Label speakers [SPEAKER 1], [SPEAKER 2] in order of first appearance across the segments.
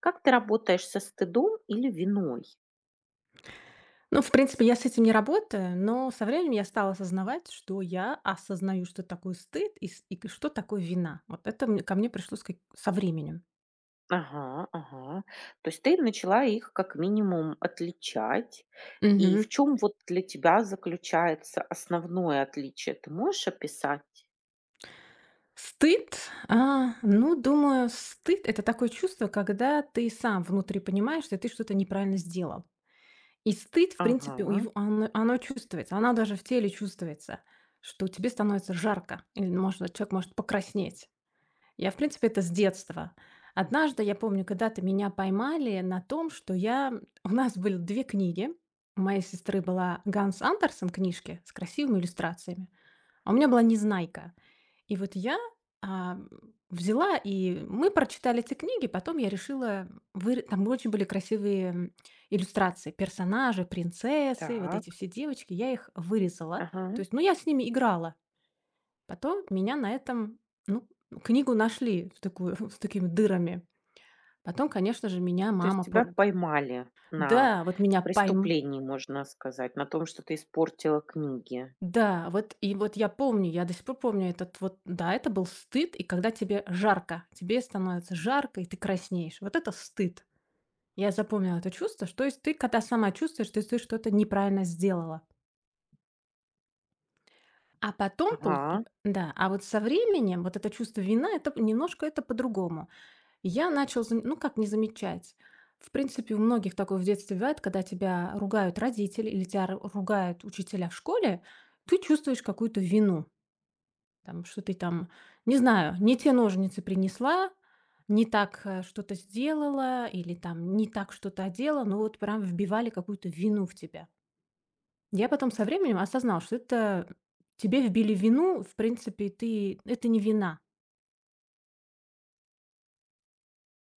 [SPEAKER 1] Как ты работаешь со стыдом или виной?
[SPEAKER 2] Ну, в принципе, я с этим не работаю, но со временем я стала осознавать, что я осознаю, что такое стыд и что такое вина. Вот это ко мне пришло со временем.
[SPEAKER 1] Ага, ага. То есть ты начала их как минимум отличать. И
[SPEAKER 2] Мгм.
[SPEAKER 1] в чем вот для тебя заключается основное отличие? Ты можешь описать?
[SPEAKER 2] Стыд, ну, думаю, стыд это такое чувство, когда ты сам внутри понимаешь, что ты что-то неправильно сделал. И стыд, в принципе, у
[SPEAKER 1] Ага,
[SPEAKER 2] его, оно, оно чувствуется, оно даже в теле чувствуется, что тебе становится жарко, или, может, человек может покраснеть. Я, в принципе, это с детства. Однажды, я помню, когда-то меня поймали на том, что я у нас были 2 книги. У моей сестры была Ганс Андерсен книжки с красивыми иллюстрациями, а у меня была "Незнайка". И вот я, а, взяла, и мы прочитали эти книги. Потом я решила выр там очень были красивые, иллюстрации: персонажи, принцессы, вот эти
[SPEAKER 1] так,
[SPEAKER 2] все девочки. Я их вырезала. То
[SPEAKER 1] ага.
[SPEAKER 2] есть, ну, я с ними играла. Потом меня на этом, ну, книгу нашли в такую с такими дырами. Потом, конечно же, меня
[SPEAKER 1] То есть
[SPEAKER 2] мама
[SPEAKER 1] тебя
[SPEAKER 2] поруг
[SPEAKER 1] поймали на
[SPEAKER 2] "Да, вот меня пойм
[SPEAKER 1] преступлении, можно сказать, на том, что ты испортила книги.
[SPEAKER 2] Да, вот и вот я помню, я до сих пор помню этот вот" Да, это был стыд, и когда тебе жарко, тебе становится жарко, и ты краснеешь. Вот это стыд. Я запомнила это чувство, что то есть ты, когда сама чувствуешь, что ты что-то неправильно сделала. А потом полу
[SPEAKER 1] Ага.
[SPEAKER 2] да, а вот со временем вот это чувство это немножко это по-другому. Я начал, ну как не замечать. В принципе, у многих такое в детстве бывает, когда тебя ругают родители или тебя ругают учителя в школе, ты чувствуешь какую-то вину, там, что ты там, не знаю, не те ножницы принесла, не так что-то сделала или там не так что-то одела, но вот прям вбивали какую-то вину в тебя. Я потом со временем осознал, что это тебе вбили вину, в принципе, ты это не вина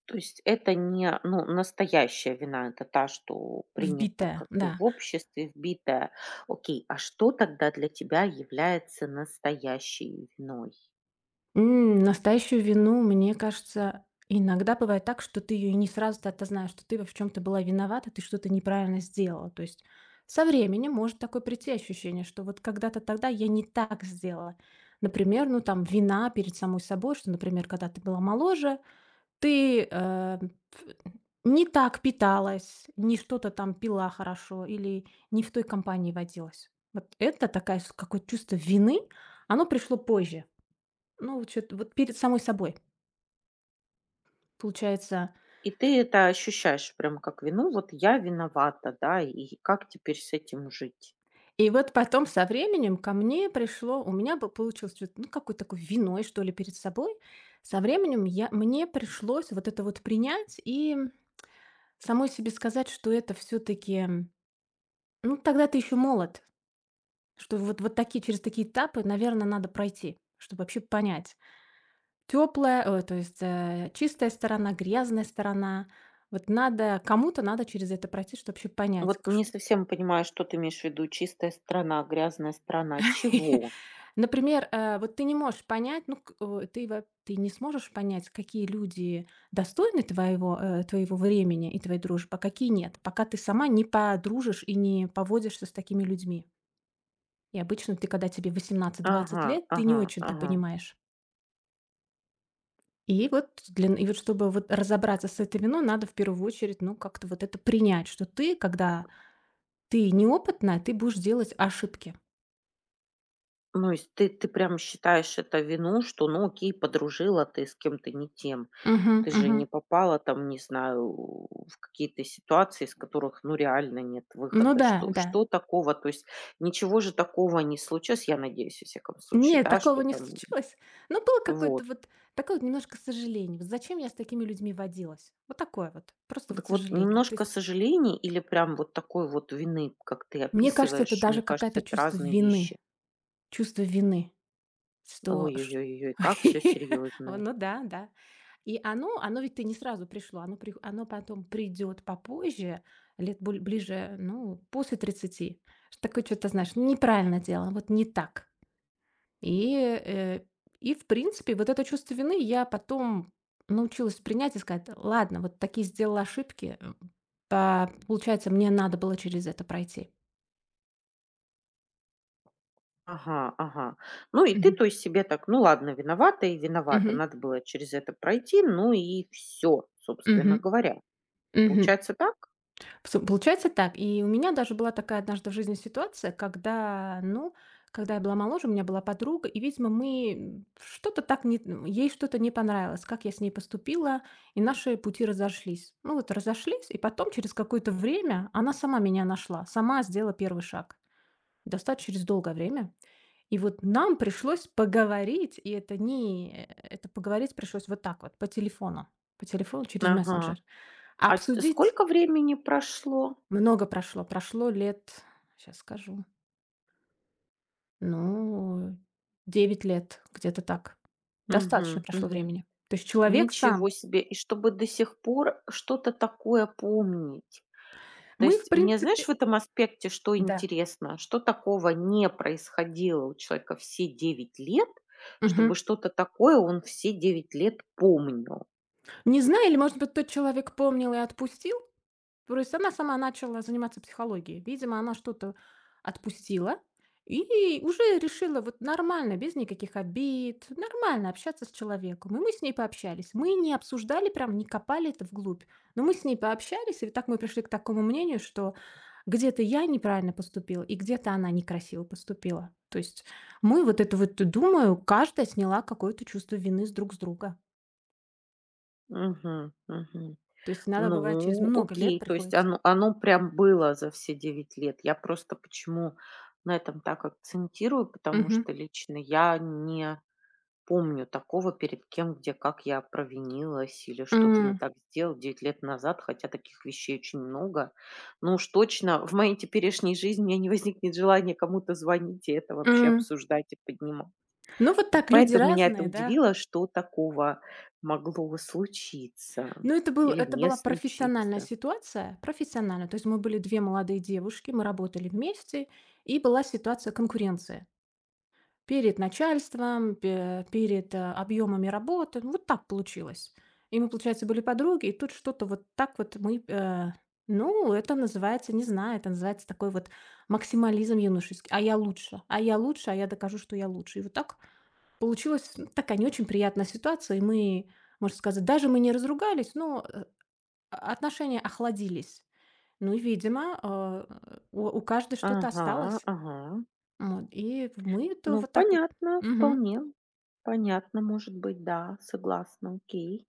[SPEAKER 1] То есть это не, ну, настоящая вина, это та, что принята
[SPEAKER 2] вбитая,
[SPEAKER 1] как бы
[SPEAKER 2] да.
[SPEAKER 1] в обществе, вбитая. Окей, а что тогда для тебя является настоящей виной?
[SPEAKER 2] Настоящую вину, мне кажется, иногда бывает так, что ты ее и не сразу-то отознаешь, что ты во в чем-то была виновата, ты что-то неправильно сделала. То есть со временем может такое прийти ощущение, что вот когда-то тогда я не так сделала. Например, ну там вина перед самой собой, что, например, когда ты была моложе, ты не так питалась, не что-то там пила хорошо или не в той компании водилась. Вот это такая какое-то чувство вины, оно пришло позже. Ну, вот чё-то вот перед самой собой, получается.
[SPEAKER 1] И ты это ощущаешь прям как вину, вот я виновата, да, и как теперь с этим жить?
[SPEAKER 2] И вот потом со временем ко мне пришло, у меня бы получилось чё-то, ну, какой-то такой виной, что ли, перед собой. Со временем я, мне пришлось вот это вот принять и самой себе сказать, что это все-таки, ну, тогда ты еще молод, что вот, вот такие, через такие этапы, наверное, надо пройти, чтобы вообще понять. Теплая, то есть чистая сторона, грязная сторона. Вот надо, кому-то надо через это пройти, чтобы вообще понять,
[SPEAKER 1] Вот не совсем понимаю, что ты имеешь в виду, чистая страна, грязная страна, чего?
[SPEAKER 2] Например, вот ты не можешь понять, ну, ты не сможешь понять, какие люди достойны твоего времени и твоей дружбы, а какие нет, пока ты сама не подружишь и не поводишься с такими людьми. И обычно ты, когда тебе
[SPEAKER 1] Ага,
[SPEAKER 2] 18-20 лет, ты не
[SPEAKER 1] ага,
[SPEAKER 2] очень-то
[SPEAKER 1] ага.
[SPEAKER 2] понимаешь. И вот чтобы вот разобраться с этой виной, надо в первую очередь, ну, как-то вот это принять, когда ты неопытная, ты будешь делать ошибки.
[SPEAKER 1] Ну, есть ты прям считаешь это вину, что, ну, окей, подружила ты с кем-то не тем.
[SPEAKER 2] Мгм,
[SPEAKER 1] Ты же
[SPEAKER 2] мгм.
[SPEAKER 1] не попала там, не знаю, в какие-то ситуации, из которых, ну, реально нет
[SPEAKER 2] Ну
[SPEAKER 1] выхода.
[SPEAKER 2] да,
[SPEAKER 1] Что
[SPEAKER 2] да.
[SPEAKER 1] что такого? То есть ничего же такого не случилось, я надеюсь, во всяком случае,
[SPEAKER 2] Нет,
[SPEAKER 1] да,
[SPEAKER 2] такого
[SPEAKER 1] что
[SPEAKER 2] не
[SPEAKER 1] там
[SPEAKER 2] случилось. Но было какое-то
[SPEAKER 1] вот.
[SPEAKER 2] вот такое вот немножко сожаление. Вот зачем я с такими людьми водилась? Вот такое вот. Просто вот
[SPEAKER 1] Так вот,
[SPEAKER 2] сожаление. То
[SPEAKER 1] немножко
[SPEAKER 2] есть,
[SPEAKER 1] сожалений или прям вот такой вот вины, как ты
[SPEAKER 2] мне кажется, это
[SPEAKER 1] описываешь,
[SPEAKER 2] даже
[SPEAKER 1] мне кажется,
[SPEAKER 2] какое-то
[SPEAKER 1] это
[SPEAKER 2] чувство
[SPEAKER 1] разные
[SPEAKER 2] вины.
[SPEAKER 1] вещи.
[SPEAKER 2] Чувство вины, что ш
[SPEAKER 1] Ой-ой-ой-ой, как все
[SPEAKER 2] О,
[SPEAKER 1] серьезное.
[SPEAKER 2] ну да, да. И оно ведь ты не сразу пришло. Оно потом придет попозже, лет боль ближе, ну, после 30. Что такое что то знаешь, неправильно делала, вот не так. И, и в принципе, вот это чувство вины я потом научилась принять и сказать: "Ладно, вот такие сделала ошибки, па получается, мне надо было через это пройти".
[SPEAKER 1] Ага, ага. Ну и ты,
[SPEAKER 2] Мгм.
[SPEAKER 1] то есть, себе так: "Ну ладно, виновата и виновата,
[SPEAKER 2] Мгм.
[SPEAKER 1] надо было через это пройти, ну и все собственно
[SPEAKER 2] Мгм.
[SPEAKER 1] говоря.
[SPEAKER 2] Мгм.
[SPEAKER 1] Получается так?
[SPEAKER 2] С получается так. И у меня даже была такая однажды в жизни ситуация, когда, ну, когда я была моложе, у меня была подруга, и, видимо, мы, что-то так не ей что-то не понравилось, как я с ней поступила, и наши пути разошлись. Ну вот разошлись, и потом через какое-то время она сама меня нашла, сама сделала первый шаг. Достаточно через долгое время. И вот нам пришлось поговорить, и это не, это поговорить пришлось вот так вот, по телефону через
[SPEAKER 1] Ага.
[SPEAKER 2] мессенджер.
[SPEAKER 1] А т
[SPEAKER 2] Обсудить
[SPEAKER 1] сколько времени прошло?
[SPEAKER 2] много прошло. Прошло лет, сейчас скажу, ну, 9 лет, где-то так. Достаточно
[SPEAKER 1] Мгм,
[SPEAKER 2] прошло
[SPEAKER 1] мгм.
[SPEAKER 2] времени. То есть человек сам.
[SPEAKER 1] Ничего себе! И чтобы до сих пор что-то такое помнить. То
[SPEAKER 2] Мы, в
[SPEAKER 1] есть мне, знаешь, в
[SPEAKER 2] принципе
[SPEAKER 1] этом аспекте что
[SPEAKER 2] Да.
[SPEAKER 1] интересно, что такого не происходило у человека все 9 лет, чтобы
[SPEAKER 2] Мгм.
[SPEAKER 1] что-то такое он все 9 лет помнил.
[SPEAKER 2] Не знаю, или, может быть, тот человек помнил и отпустил. То есть она сама начала заниматься психологией. Видимо, она что-то отпустила и уже решила вот нормально, без никаких обид, нормально общаться с человеком. И мы с ней пообщались. Мы не обсуждали прям, не копали это вглубь. Но мы с ней пообщались, и так мы пришли к такому мнению, что где-то я неправильно поступила, и где-то она некрасиво поступила. То есть мы вот это вот, думаю, каждая сняла какое-то чувство вины с друг с друга.
[SPEAKER 1] Мгм, мгм.
[SPEAKER 2] То есть надо бывает через
[SPEAKER 1] Ну,
[SPEAKER 2] много лет
[SPEAKER 1] окей, то есть
[SPEAKER 2] приходится.
[SPEAKER 1] оно прям было за все 9 лет. Я просто почему на этом так акцентирую, потому
[SPEAKER 2] Мгм.
[SPEAKER 1] что лично я не помню такого, перед кем, где, как я провинилась или что-то не
[SPEAKER 2] М,
[SPEAKER 1] так сделал 9 лет назад, хотя таких вещей очень много. Но уж точно в моей теперешней жизни у меня не возникнет желания кому-то звонить и это вообще
[SPEAKER 2] м.
[SPEAKER 1] обсуждать и поднимать.
[SPEAKER 2] Ну, вот
[SPEAKER 1] Вот
[SPEAKER 2] так люди
[SPEAKER 1] поэтому меня это
[SPEAKER 2] разные, да.
[SPEAKER 1] удивило, что такого могло случиться
[SPEAKER 2] Но это был
[SPEAKER 1] или
[SPEAKER 2] это
[SPEAKER 1] не
[SPEAKER 2] была профессиональная
[SPEAKER 1] случиться.
[SPEAKER 2] ситуация, профессиональная. То есть мы были 2 молодые девушки, мы работали вместе, и была ситуация конкуренции перед начальством, пе перед, объёмами работы. Ну, вот так получилось. И мы, получается, были подруги, и тут что-то вот так вот мы, ну, это называется, не знаю, это называется такой вот максимализм юношеский. А я лучше, а я лучше, а я докажу, что я лучше. И вот так Получилась такая не очень приятная ситуация, и мы, можно сказать, даже мы не разругались, но, отношения охладились. Ну и, видимо, у каждой что-то
[SPEAKER 1] Ага,
[SPEAKER 2] осталось.
[SPEAKER 1] ага.
[SPEAKER 2] Вот, и мы это
[SPEAKER 1] Ну,
[SPEAKER 2] вот так вот
[SPEAKER 1] понятно,
[SPEAKER 2] Мгм,
[SPEAKER 1] вполне. Понятно, может быть, да, согласна, окей.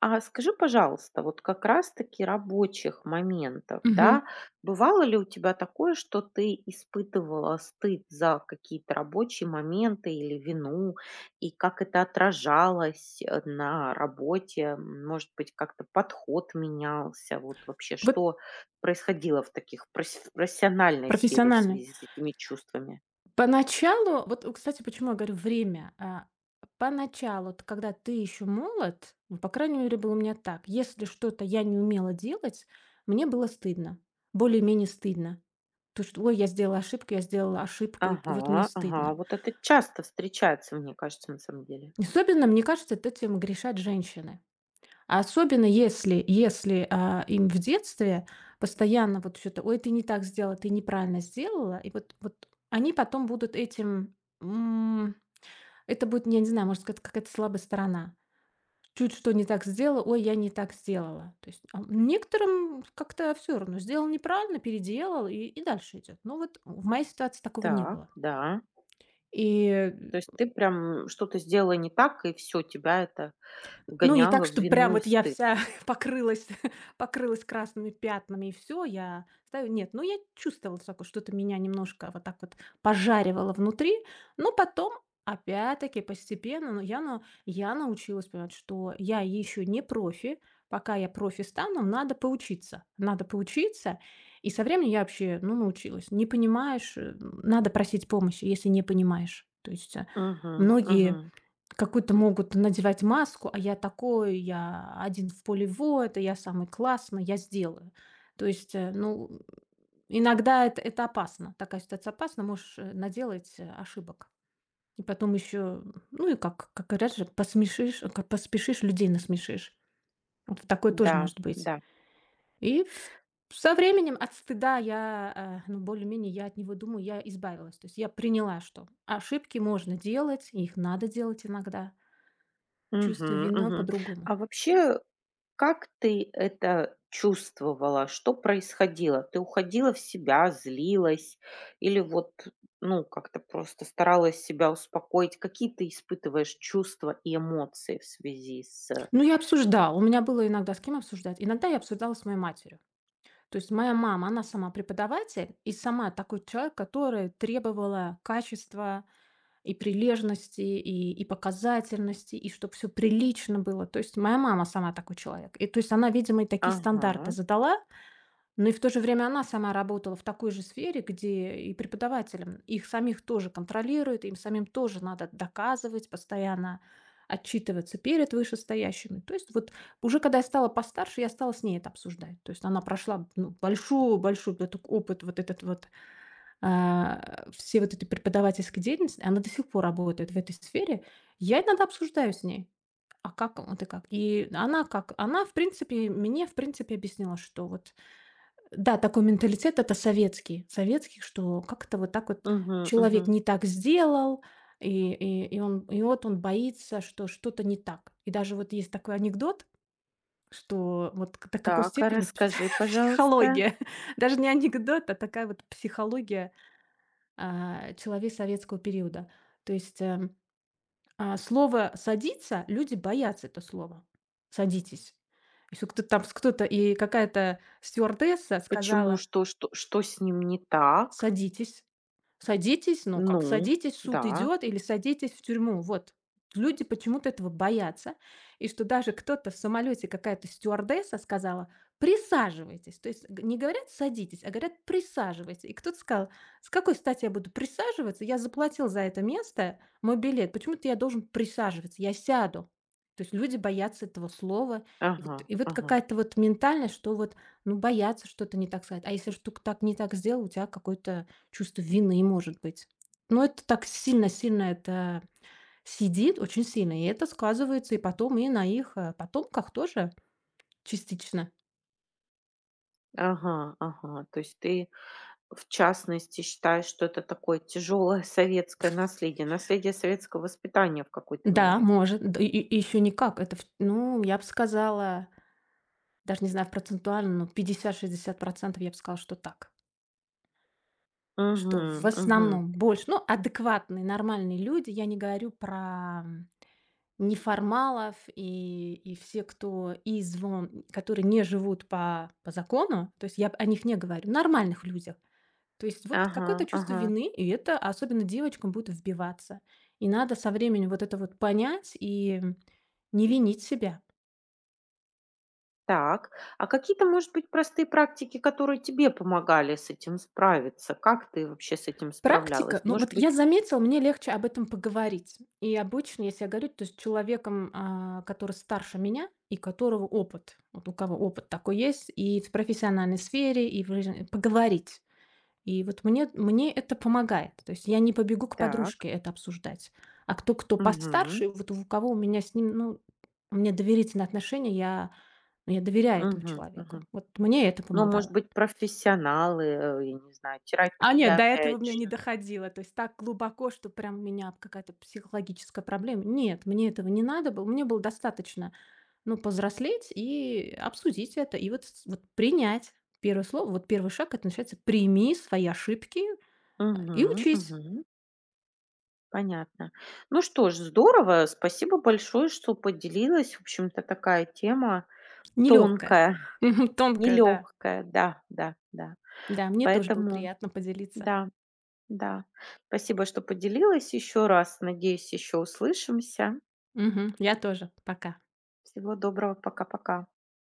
[SPEAKER 1] А скажи, пожалуйста, вот как раз-таки рабочих моментов,
[SPEAKER 2] мгм.
[SPEAKER 1] да, бывало ли у тебя такое, что ты испытывала стыд за какие-то рабочие моменты или вину, и как это отражалось на работе? Может быть, как-то подход менялся? Вот вообще,
[SPEAKER 2] Вот
[SPEAKER 1] что происходило в таких професс- в профессиональной сфере в
[SPEAKER 2] профессиональный.
[SPEAKER 1] связи с этими чувствами?
[SPEAKER 2] Поначалу, вот, кстати, почему я говорю время. Поначалу, т когда ты еще молод, ну, по крайней мере, было у меня так, если что-то я не умела делать, мне было стыдно, более-менее стыдно. То, что: "Ой, я сделала ошибку, и вот
[SPEAKER 1] Ага,
[SPEAKER 2] мне
[SPEAKER 1] ага,
[SPEAKER 2] стыдно".
[SPEAKER 1] вот это часто встречается, мне кажется, на самом деле.
[SPEAKER 2] Особенно, мне кажется, это этим грешат женщины. А особенно если, им в детстве постоянно вот что-то: "Ой, ты не так сделала, ты неправильно сделала". И вот они потом будут этим, м, это будет, я не знаю, может, сказать какая-то слабая сторона. Чуть что не так сделала: "Ой, я не так сделала". То есть, некоторым как-то все равно. Сделал неправильно, переделал и дальше идет. Но вот в моей ситуации такого не
[SPEAKER 1] Так,
[SPEAKER 2] было.
[SPEAKER 1] да.
[SPEAKER 2] И
[SPEAKER 1] То есть ты прям что-то сделала не так, и все тебя это
[SPEAKER 2] Ну, не так,
[SPEAKER 1] вгоняло в
[SPEAKER 2] что
[SPEAKER 1] вину
[SPEAKER 2] прям
[SPEAKER 1] и
[SPEAKER 2] вот я
[SPEAKER 1] стыд.
[SPEAKER 2] вся покрылась покрылась красными пятнами и все. Я ставлю. Нет, ну, я чувствовала такое, что-то меня немножко вот так вот пожаривало внутри, но потом, опять-таки, постепенно, но я на я научилась понимать, что я еще не профи. Пока я профи стану, надо поучиться. Надо поучиться, и со временем я вообще, ну, научилась. Не понимаешь, надо просить помощи, если не понимаешь. То есть,
[SPEAKER 1] Мгм, мгм.
[SPEAKER 2] многие Какую-то могут надевать маску: "А я такой, я один в поле воина, я самый классный, я сделаю". То есть, ну, иногда это опасно. Такая ситуация опасна, можешь, наделать, ошибок. И потом еще, ну и как говорят же, как поспешишь, людей насмешишь. Вот такое тоже
[SPEAKER 1] Да,
[SPEAKER 2] может быть.
[SPEAKER 1] да.
[SPEAKER 2] И в со временем от стыда я, ну, более-менее я от него, думаю, я избавилась. То есть я приняла, что ошибки можно делать, их надо делать иногда. Чувство
[SPEAKER 1] Мгм,
[SPEAKER 2] вина
[SPEAKER 1] мгм.
[SPEAKER 2] по-другому.
[SPEAKER 1] А вообще, как ты это чувствовала? Что происходило? Ты уходила в себя, злилась или вот, ну, как-то просто старалась себя успокоить? Какие ты испытываешь чувства и эмоции в связи с
[SPEAKER 2] Ну, я обсуждала. У меня было иногда с кем обсуждать. Иногда я обсуждала с моей матерью. То есть моя мама, она сама преподаватель и сама такой человек, который требовала качества и прилежности, и показательности, и чтобы все прилично было. То есть моя мама сама такой человек. И то есть она, видимо, и такие стандарты
[SPEAKER 1] Ага.
[SPEAKER 2] задала. Ну и в то же время она сама работала в такой же сфере, где и преподавателям Их самих тоже контролируют, им самим тоже надо доказывать, постоянно отчитываться перед вышестоящими. То есть вот уже когда я стала постарше, я стала с ней это обсуждать. То есть она прошла большой-большой опыт, вот этот вот, все вот этой преподавательской деятельности, она до сих пор работает в этой сфере. Я иногда обсуждаю с ней, а как вот и как. И она как, она в принципе, мне в принципе объяснила, что вот да, такой менталитет- это советский. Советский, что как-то вот так вот
[SPEAKER 1] Угу,
[SPEAKER 2] человек
[SPEAKER 1] угу.
[SPEAKER 2] не так сделал, и он и вот он боится, что что-то не так. И даже вот есть такой анекдот, что вот к до какой
[SPEAKER 1] Так, а
[SPEAKER 2] степени пс
[SPEAKER 1] расскажи, пожалуйста.
[SPEAKER 2] психология, даже не анекдот, а такая вот психология, человей советского периода. То есть, слово "садиться", люди боятся это слово. "Садитесь". Если кто-то там с кто-то и какая-то стюардесса
[SPEAKER 1] Почему?
[SPEAKER 2] сказала:
[SPEAKER 1] Что с ним не так?
[SPEAKER 2] "Садитесь". Садитесь, ну, как
[SPEAKER 1] Ну
[SPEAKER 2] садитесь, суд
[SPEAKER 1] да.
[SPEAKER 2] идет, или садитесь в тюрьму. Вот. Люди почему-то этого боятся. И что даже кто-то в самолете, какая-то стюардесса сказала: "Присаживайтесь". То есть г не говорят "садитесь", а говорят "присаживайтесь". И кто-то сказал: "С какой стати я буду присаживаться? Я заплатил за это место, мой билет. Почему-то я должен присаживаться. Я сяду". То есть люди боятся этого слова. И
[SPEAKER 1] Ага,
[SPEAKER 2] вот
[SPEAKER 1] ага,
[SPEAKER 2] какая-то вот ментальность, что вот, ну, боятся что-то не так сказать. А если что-то не так сделал, у тебя какой-то Чувство вины, может быть. Но это так сильно-сильно это сидит, очень сильно, и это сказывается и потом и на их, потомках тоже частично.
[SPEAKER 1] ага, ага. То есть ты, в частности, считаешь, что это такое тяжелое советское наследие, наследие советского воспитания в какой-то
[SPEAKER 2] Да,
[SPEAKER 1] мере?
[SPEAKER 2] может, д и еще никак. Это в ну, я бы сказала, даже не знаю процентуально, но 50-60 я бы сказала, что так. Что в
[SPEAKER 1] Мгм, мгм.
[SPEAKER 2] основном больше, ну, адекватные, нормальные люди. Я не говорю про неформалов и все, кто и звон которые не живут по закону, то есть я о них не говорю, нормальных людях. То есть вот
[SPEAKER 1] Ага,
[SPEAKER 2] какое-то чувство
[SPEAKER 1] ага.
[SPEAKER 2] вины, и это особенно девочкам будет вбиваться. И надо со временем вот это вот понять и не винить себя.
[SPEAKER 1] Так, а какие-то, может быть, простые практики, которые тебе помогали с этим справиться? Как ты вообще с этим
[SPEAKER 2] Практика,
[SPEAKER 1] справлялась?
[SPEAKER 2] ну
[SPEAKER 1] Может
[SPEAKER 2] вот
[SPEAKER 1] быть
[SPEAKER 2] я заметила, мне легче об этом поговорить. И обычно, если я говорю, то есть с человеком, который старше меня и которого опыт, вот у кого опыт такой есть, и в профессиональной сфере, и в жизни, поговорить. И вот мне это помогает. То есть я не побегу к
[SPEAKER 1] так.
[SPEAKER 2] подружке это обсуждать. А кто
[SPEAKER 1] Мгм,
[SPEAKER 2] постарше, вот у кого у меня с ним, ну, у меня доверительные отношения, я ну, я доверяю этому
[SPEAKER 1] мгм,
[SPEAKER 2] человеку.
[SPEAKER 1] мгм.
[SPEAKER 2] Вот мне это
[SPEAKER 1] Ну, может
[SPEAKER 2] помогало.
[SPEAKER 1] быть, профессионалы, я не знаю,
[SPEAKER 2] А нет,
[SPEAKER 1] терапия
[SPEAKER 2] до этого
[SPEAKER 1] опять
[SPEAKER 2] мне не
[SPEAKER 1] же.
[SPEAKER 2] доходило. То есть так глубоко, что прям у меня какая-то психологическая проблема. Нет, мне этого не надо было. Мне было достаточно, ну, повзрослеть и обсудить это, и вот с вот принять. Первое слово, вот первый шаг- это начинается "прими свои ошибки, и
[SPEAKER 1] Мгм,
[SPEAKER 2] учись".
[SPEAKER 1] мгм. Понятно. Ну что ж, здорово. Спасибо большое, что поделилась. В общем-то, такая тема
[SPEAKER 2] Нелегкая,
[SPEAKER 1] тонкая,
[SPEAKER 2] Тонкая, да.
[SPEAKER 1] нелегкая. Да, да, да.
[SPEAKER 2] Да, мне тоже было
[SPEAKER 1] Поэтому,
[SPEAKER 2] приятно поделиться.
[SPEAKER 1] да, да. Спасибо, что поделилась еще раз. Надеюсь, еще услышимся.
[SPEAKER 2] Мгм. Я тоже. Пока.
[SPEAKER 1] Всего доброго. Пока-пока.